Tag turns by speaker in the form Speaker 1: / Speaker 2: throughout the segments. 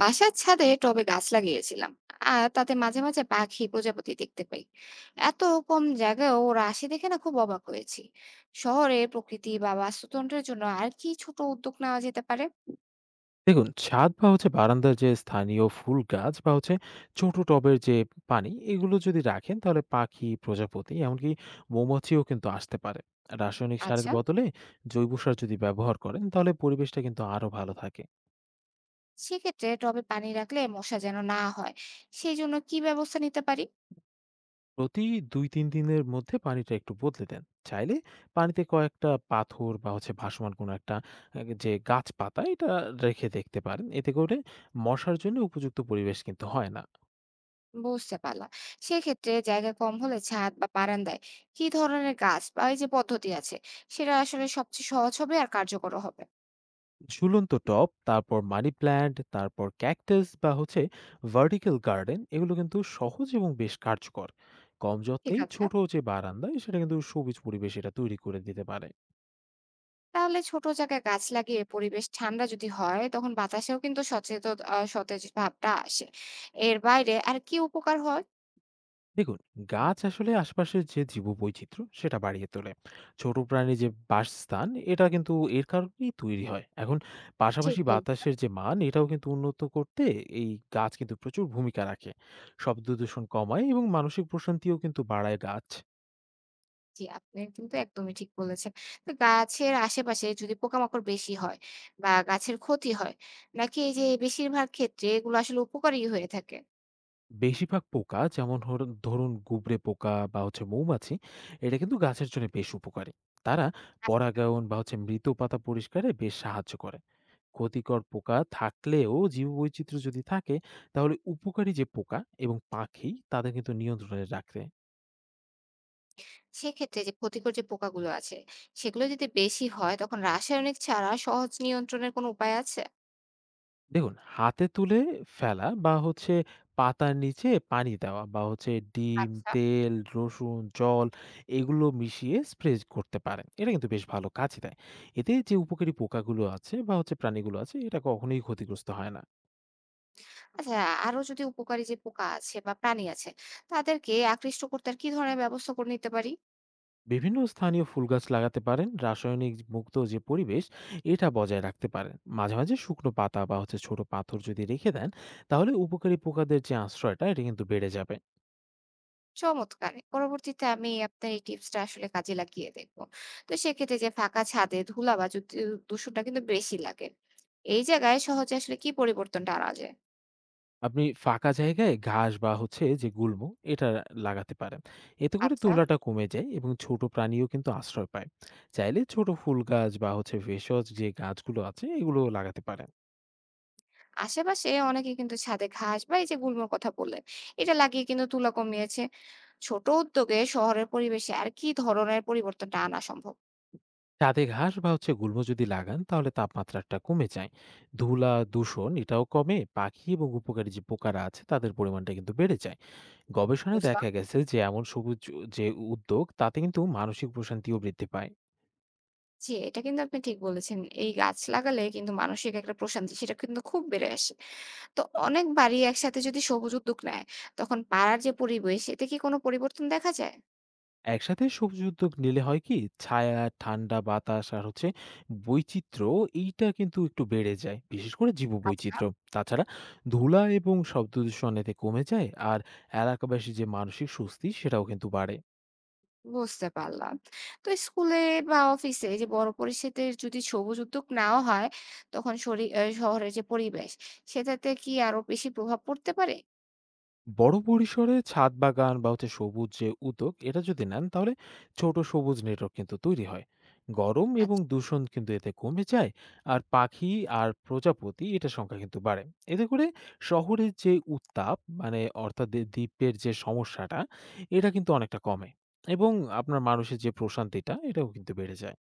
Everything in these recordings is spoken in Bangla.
Speaker 1: বাসার ছাদে টবে গাছ লাগিয়েছিলাম, আর তাতে মাঝে মাঝে পাখি প্রজাপতি দেখতে পাই। এত কম জায়গায় ওরা আসে দেখে না খুব অবাক হয়েছি। শহরে প্রকৃতি বা বাস্তুতন্ত্রের জন্য আর কি ছোট উদ্যোগ নেওয়া যেতে পারে?
Speaker 2: দেখুন, ছাদ বা হচ্ছে বারান্দার যে স্থানীয় ফুল গাছ বা হচ্ছে ছোট টবের যে পানি, এগুলো যদি রাখেন তাহলে পাখি, প্রজাপতি, এমনকি মৌমাছিও কিন্তু আসতে পারে। রাসায়নিক সারের
Speaker 1: আচ্ছা।
Speaker 2: বদলে জৈব সার যদি ব্যবহার করেন তাহলে পরিবেশটা কিন্তু আরো ভালো থাকে।
Speaker 1: সেক্ষেত্রে টবে পানি রাখলে মশা যেন না হয়, সেই জন্য কি ব্যবস্থা নিতে পারি?
Speaker 2: প্রতি দুই তিন দিনের মধ্যে পানিটা একটু বদলে দেন। চাইলে পানিতে কয়েকটা পাথর বা হচ্ছে ভাসমান কোনো একটা যে গাছ পাতা, এটা রেখে দেখতে পারেন। এতে করে মশার জন্য উপযুক্ত পরিবেশ কিন্তু হয় না।
Speaker 1: বুঝতে পারলাম। সেক্ষেত্রে জায়গা কম হলে ছাদ বা বারান্দায় কি ধরনের গাছ বা এই যে পদ্ধতি আছে, সেটা আসলে সবচেয়ে সহজ হবে আর কার্যকর হবে?
Speaker 2: ঝুলন্ত টব, তারপর মানি প্ল্যান্ট, তারপর ক্যাকটাস বা হচ্ছে ভার্টিক্যাল গার্ডেন, এগুলো কিন্তু সহজ এবং বেশ কার্যকর। কম
Speaker 1: ঠিক
Speaker 2: যত্নেই
Speaker 1: আছে।
Speaker 2: ছোট যে বারান্দা, সেটা কিন্তু সবুজ পরিবেশ এটা তৈরি করে দিতে পারে।
Speaker 1: তাহলে ছোট জায়গায় গাছ লাগিয়ে পরিবেশ ঠান্ডা যদি হয় তখন বাতাসেও কিন্তু সচেতন সতেজ ভাবটা আসে। এর বাইরে আর কি উপকার হয়?
Speaker 2: দেখুন, গাছ আসলে আশপাশের যে জীববৈচিত্র্য সেটা বাড়িয়ে তোলে। ছোট প্রাণী যে বাসস্থান এটা কিন্তু এর কারণেই তৈরি হয়। এখন
Speaker 1: ঠিক
Speaker 2: পাশাপাশি
Speaker 1: বলছেন।
Speaker 2: বাতাসের যে মান এটাও কিন্তু উন্নত করতে এই গাছ কিন্তু প্রচুর ভূমিকা রাখে। শব্দ দূষণ কমায় এবং মানসিক প্রশান্তিও কিন্তু বাড়ায় গাছ।
Speaker 1: জি, আপনি কিন্তু একদমই ঠিক বলেছেন। তো গাছের আশেপাশে যদি পোকামাকড় বেশি হয় বা গাছের ক্ষতি হয়, নাকি এই যে বেশিরভাগ ক্ষেত্রে এগুলো আসলে উপকারী হয়ে থাকে?
Speaker 2: বেশিরভাগ পোকা, যেমন ধরুন গুবরে পোকা বা হচ্ছে মৌমাছি, এটা কিন্তু গাছের জন্য বেশ উপকারী। তারা
Speaker 1: আচ্ছা।
Speaker 2: পরাগায়ন বা হচ্ছে মৃত পাতা পরিষ্কারে বেশ সাহায্য করে। ক্ষতিকর পোকা থাকলেও জীববৈচিত্র্য যদি থাকে, তাহলে উপকারী যে পোকা এবং পাখি তাদের কিন্তু নিয়ন্ত্রণে রাখে।
Speaker 1: সেক্ষেত্রে যে ক্ষতিকর যে পোকাগুলো আছে সেগুলো যদি বেশি হয় তখন রাসায়নিক ছাড়া সহজ নিয়ন্ত্রণের কোনো উপায় আছে?
Speaker 2: দেখুন, হাতে তুলে ফেলা বা হচ্ছে পাতার নিচে পানি দেওয়া বা হচ্ছে ডিম,
Speaker 1: আচ্ছা।
Speaker 2: তেল, রসুন, জল, এগুলো মিশিয়ে স্প্রে করতে পারেন। এটা কিন্তু বেশ ভালো কাজ দেয়। এতে যে উপকারী পোকাগুলো আছে বা হচ্ছে প্রাণীগুলো আছে, এটা কখনোই ক্ষতিগ্রস্ত হয় না।
Speaker 1: আচ্ছা, আরো যদি উপকারী যে পোকা আছে বা প্রাণী আছে, তাদেরকে আকৃষ্ট করতে আর কি ধরনের ব্যবস্থা করে নিতে পারি?
Speaker 2: বিভিন্ন স্থানীয় ফুল গাছ লাগাতে পারেন। রাসায়নিক মুক্ত যে পরিবেশ, এটা বজায় রাখতে পারেন। মাঝে, মাঝে শুকনো পাতা বা হচ্ছে ছোট পাথর যদি রেখে দেন, তাহলে উপকারী পোকাদের যে আশ্রয়টা এটা কিন্তু বেড়ে যাবে।
Speaker 1: চমৎকার! পরবর্তীতে আমি আপনার এই টিপসটা আসলে কাজে লাগিয়ে দেখবো। তো সেক্ষেত্রে যে ফাঁকা ছাদে ধুলা বা যুত উ দূষণটা কিন্তু বেশি লাগে। এই জায়গায় সহজে আসলে কি পরিবর্তনটা আনা যায়?
Speaker 2: আপনি ফাঁকা জায়গায় ঘাস বা হচ্ছে যে গুল্ম, এটা লাগাতে পারেন। এতে করে
Speaker 1: আচ্ছা।
Speaker 2: তুলাটা কমে যায় এবং ছোট প্রাণীও কিন্তু আশ্রয় পায়। চাইলে ছোট ফুল গাছ বা হচ্ছে ভেষজ যে গাছগুলো আছে, এগুলো লাগাতে পারেন।
Speaker 1: আশেপাশে অনেকে কিন্তু ছাদে ঘাস বা এই যে গুল্মর কথা বললেন, এটা লাগিয়ে কিন্তু ধুলা কমিয়েছে। ছোট উদ্যোগে শহরের পরিবেশে আর কি ধরনের পরিবর্তনটা আনা সম্ভব?
Speaker 2: ছাদে ঘাস বা হচ্ছে গুল্ম যদি লাগান, তাহলে তাপমাত্রাটা কমে যায়। ধুলা দূষণ এটাও কমে। পাখি এবং উপকারী যে পোকারা আছে তাদের পরিমাণটা কিন্তু বেড়ে যায়। গবেষণায়
Speaker 1: বুঝলাম।
Speaker 2: দেখা গেছে যে এমন সবুজ যে উদ্যোগ তাতে কিন্তু মানসিক প্রশান্তিও বৃদ্ধি পায়।
Speaker 1: জি, এটা কিন্তু আপনি ঠিক বলেছেন। এই গাছ লাগালে কিন্তু মানসিক একটা প্রশান্তি সেটা কিন্তু খুব বেড়ে আসে। তো অনেক বাড়ি একসাথে যদি সবুজ উদ্যোগ নেয়, তখন পাড়ার যে পরিবেশ এতে কি কোনো পরিবর্তন দেখা যায়?
Speaker 2: একসাথে সবজি উদ্যোগ নিলে হয় কি, ছায়া, ঠান্ডা বাতাস আর হচ্ছে বৈচিত্র্য, এইটা কিন্তু একটু বেড়ে যায়, বিশেষ করে জীব
Speaker 1: আচ্ছা।
Speaker 2: বৈচিত্র্য। তাছাড়া ধুলা এবং শব্দ দূষণ এতে কমে যায়, আর এলাকাবাসী যে মানসিক স্বস্তি সেটাও কিন্তু বাড়ে।
Speaker 1: বুঝতে পারলাম। তো স্কুলে বা অফিসে যে বড় পরিসরে যদি সবুজ উদ্যোগ নেওয়া হয়, তখন শরি আ শহরের যে পরিবেশ সেটাতে কি আরো বেশি প্রভাব পড়তে পারে?
Speaker 2: বড় পরিসরে ছাদ বাগান বা হচ্ছে সবুজ যে উদ্যোগ, এটা যদি নেন তাহলে ছোট সবুজ নেটওয়ার্ক কিন্তু তৈরি হয়। গরম এবং দূষণ কিন্তু এতে কমে যায়। আর পাখি আর প্রজাপতি এটা সংখ্যা কিন্তু বাড়ে। এতে করে শহরের যে উত্তাপ, মানে অর্থাৎ দ্বীপের যে সমস্যাটা, এটা কিন্তু অনেকটা কমে, এবং আপনার মানুষের যে প্রশান্তিটা এটাও কিন্তু বেড়ে যায়।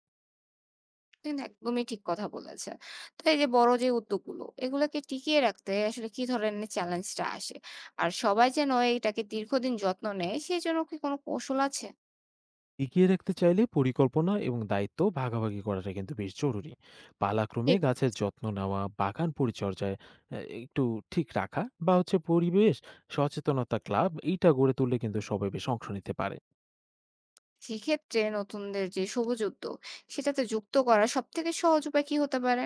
Speaker 1: কিন্তু একদমই ঠিক কথা বলেছেন। তো এই যে বড় যে উদ্যোগগুলো, এগুলোকে টিকিয়ে রাখতে আসলে কি ধরনের চ্যালেঞ্জটা আসে? আর সবাই যেন এটাকে দীর্ঘদিন যত্ন নেয়, সেজন্য কি কোনো কৌশল আছে?
Speaker 2: এগিয়ে রাখতে চাইলে পরিকল্পনা এবং দায়িত্ব ভাগাভাগি করাটা কিন্তু বেশ জরুরি। পালাক্রমে
Speaker 1: ঠিক
Speaker 2: গাছের
Speaker 1: বলেছেন।
Speaker 2: যত্ন নেওয়া, বাগান পরিচর্যায় একটু ঠিক রাখা বা হচ্ছে পরিবেশ সচেতনতা ক্লাব, এইটা গড়ে তুললে কিন্তু সবাই বেশ অংশ নিতে পারে।
Speaker 1: সেক্ষেত্রে নতুনদের যে সবুজ উদ্যোগ, সেটাতে যুক্ত করার সবথেকে সহজ উপায় কি হতে পারে?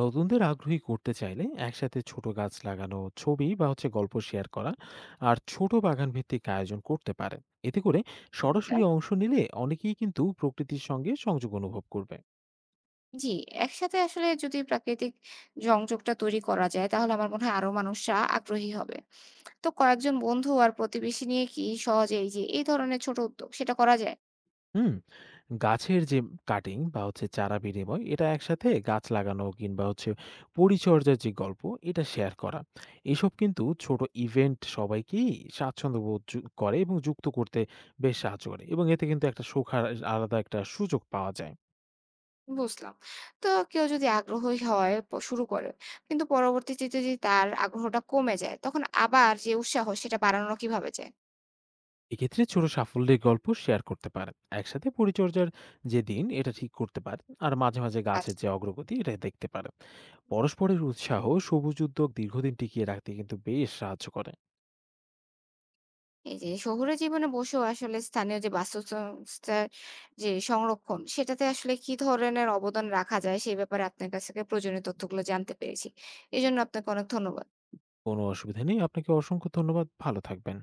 Speaker 2: নতুনদের আগ্রহী করতে চাইলে একসাথে ছোট গাছ লাগানো, ছবি বা হচ্ছে গল্প শেয়ার করা, আর ছোট বাগান ভিত্তিক আয়োজন করতে পারে। এতে করে
Speaker 1: ঠিক আছে।
Speaker 2: সরাসরি অংশ নিলে অনেকেই কিন্তু প্রকৃতির সঙ্গে সংযোগ অনুভব করবে।
Speaker 1: জি, একসাথে আসলে যদি প্রাকৃতিক সংযোগটা তৈরি করা যায়, তাহলে আমার মনে হয় আরো মানুষরা আগ্রহী হবে। তো কয়েকজন বন্ধু আর প্রতিবেশী নিয়ে কি সহজে এই যে এই ধরনের ছোট উদ্যোগ, সেটা করা যায়?
Speaker 2: হুম, গাছের যে কাটিং বা হচ্ছে চারা বিনিময়, এটা একসাথে গাছ লাগানো কিংবা হচ্ছে পরিচর্যার যে গল্প, এটা শেয়ার করা, এসব কিন্তু ছোট ইভেন্ট সবাইকেই স্বাচ্ছন্দ্য বোধ করে এবং যুক্ত করতে বেশ সাহায্য করে, এবং এতে কিন্তু একটা সুখার আলাদা একটা সুযোগ পাওয়া যায়।
Speaker 1: বুঝলাম। তো কেউ যদি আগ্রহী হয় শুরু করে। কিন্তু পরবর্তীতে যদি তার আগ্রহটা কমে যায়, তখন আবার যে উৎসাহ সেটা বাড়ানো কিভাবে যায়?
Speaker 2: এক্ষেত্রে ছোট সাফল্যের গল্প শেয়ার করতে পারেন। একসাথে পরিচর্যার যে দিন, এটা ঠিক করতে পারেন, আর মাঝে মাঝে গাছের
Speaker 1: আচ্ছা।
Speaker 2: যে অগ্রগতি এটা দেখতে পারেন। পরস্পরের উৎসাহ সবুজ উদ্যোগ দীর্ঘদিন টিকিয়ে রাখতে কিন্তু বেশ সাহায্য করে।
Speaker 1: এই যে শহুরে জীবনে বসেও আসলে স্থানীয় যে বাস্তুসংস্থার যে সংরক্ষণ, সেটাতে আসলে কি ধরনের অবদান রাখা যায়? সেই ব্যাপারে আপনার কাছ থেকে প্রয়োজনীয় তথ্যগুলো জানতে পেরেছি। এজন্য আপনাকে অনেক ধন্যবাদ।
Speaker 2: কোনো অসুবিধা নেই। আপনাকে অসংখ্য ধন্যবাদ। ভালো থাকবেন।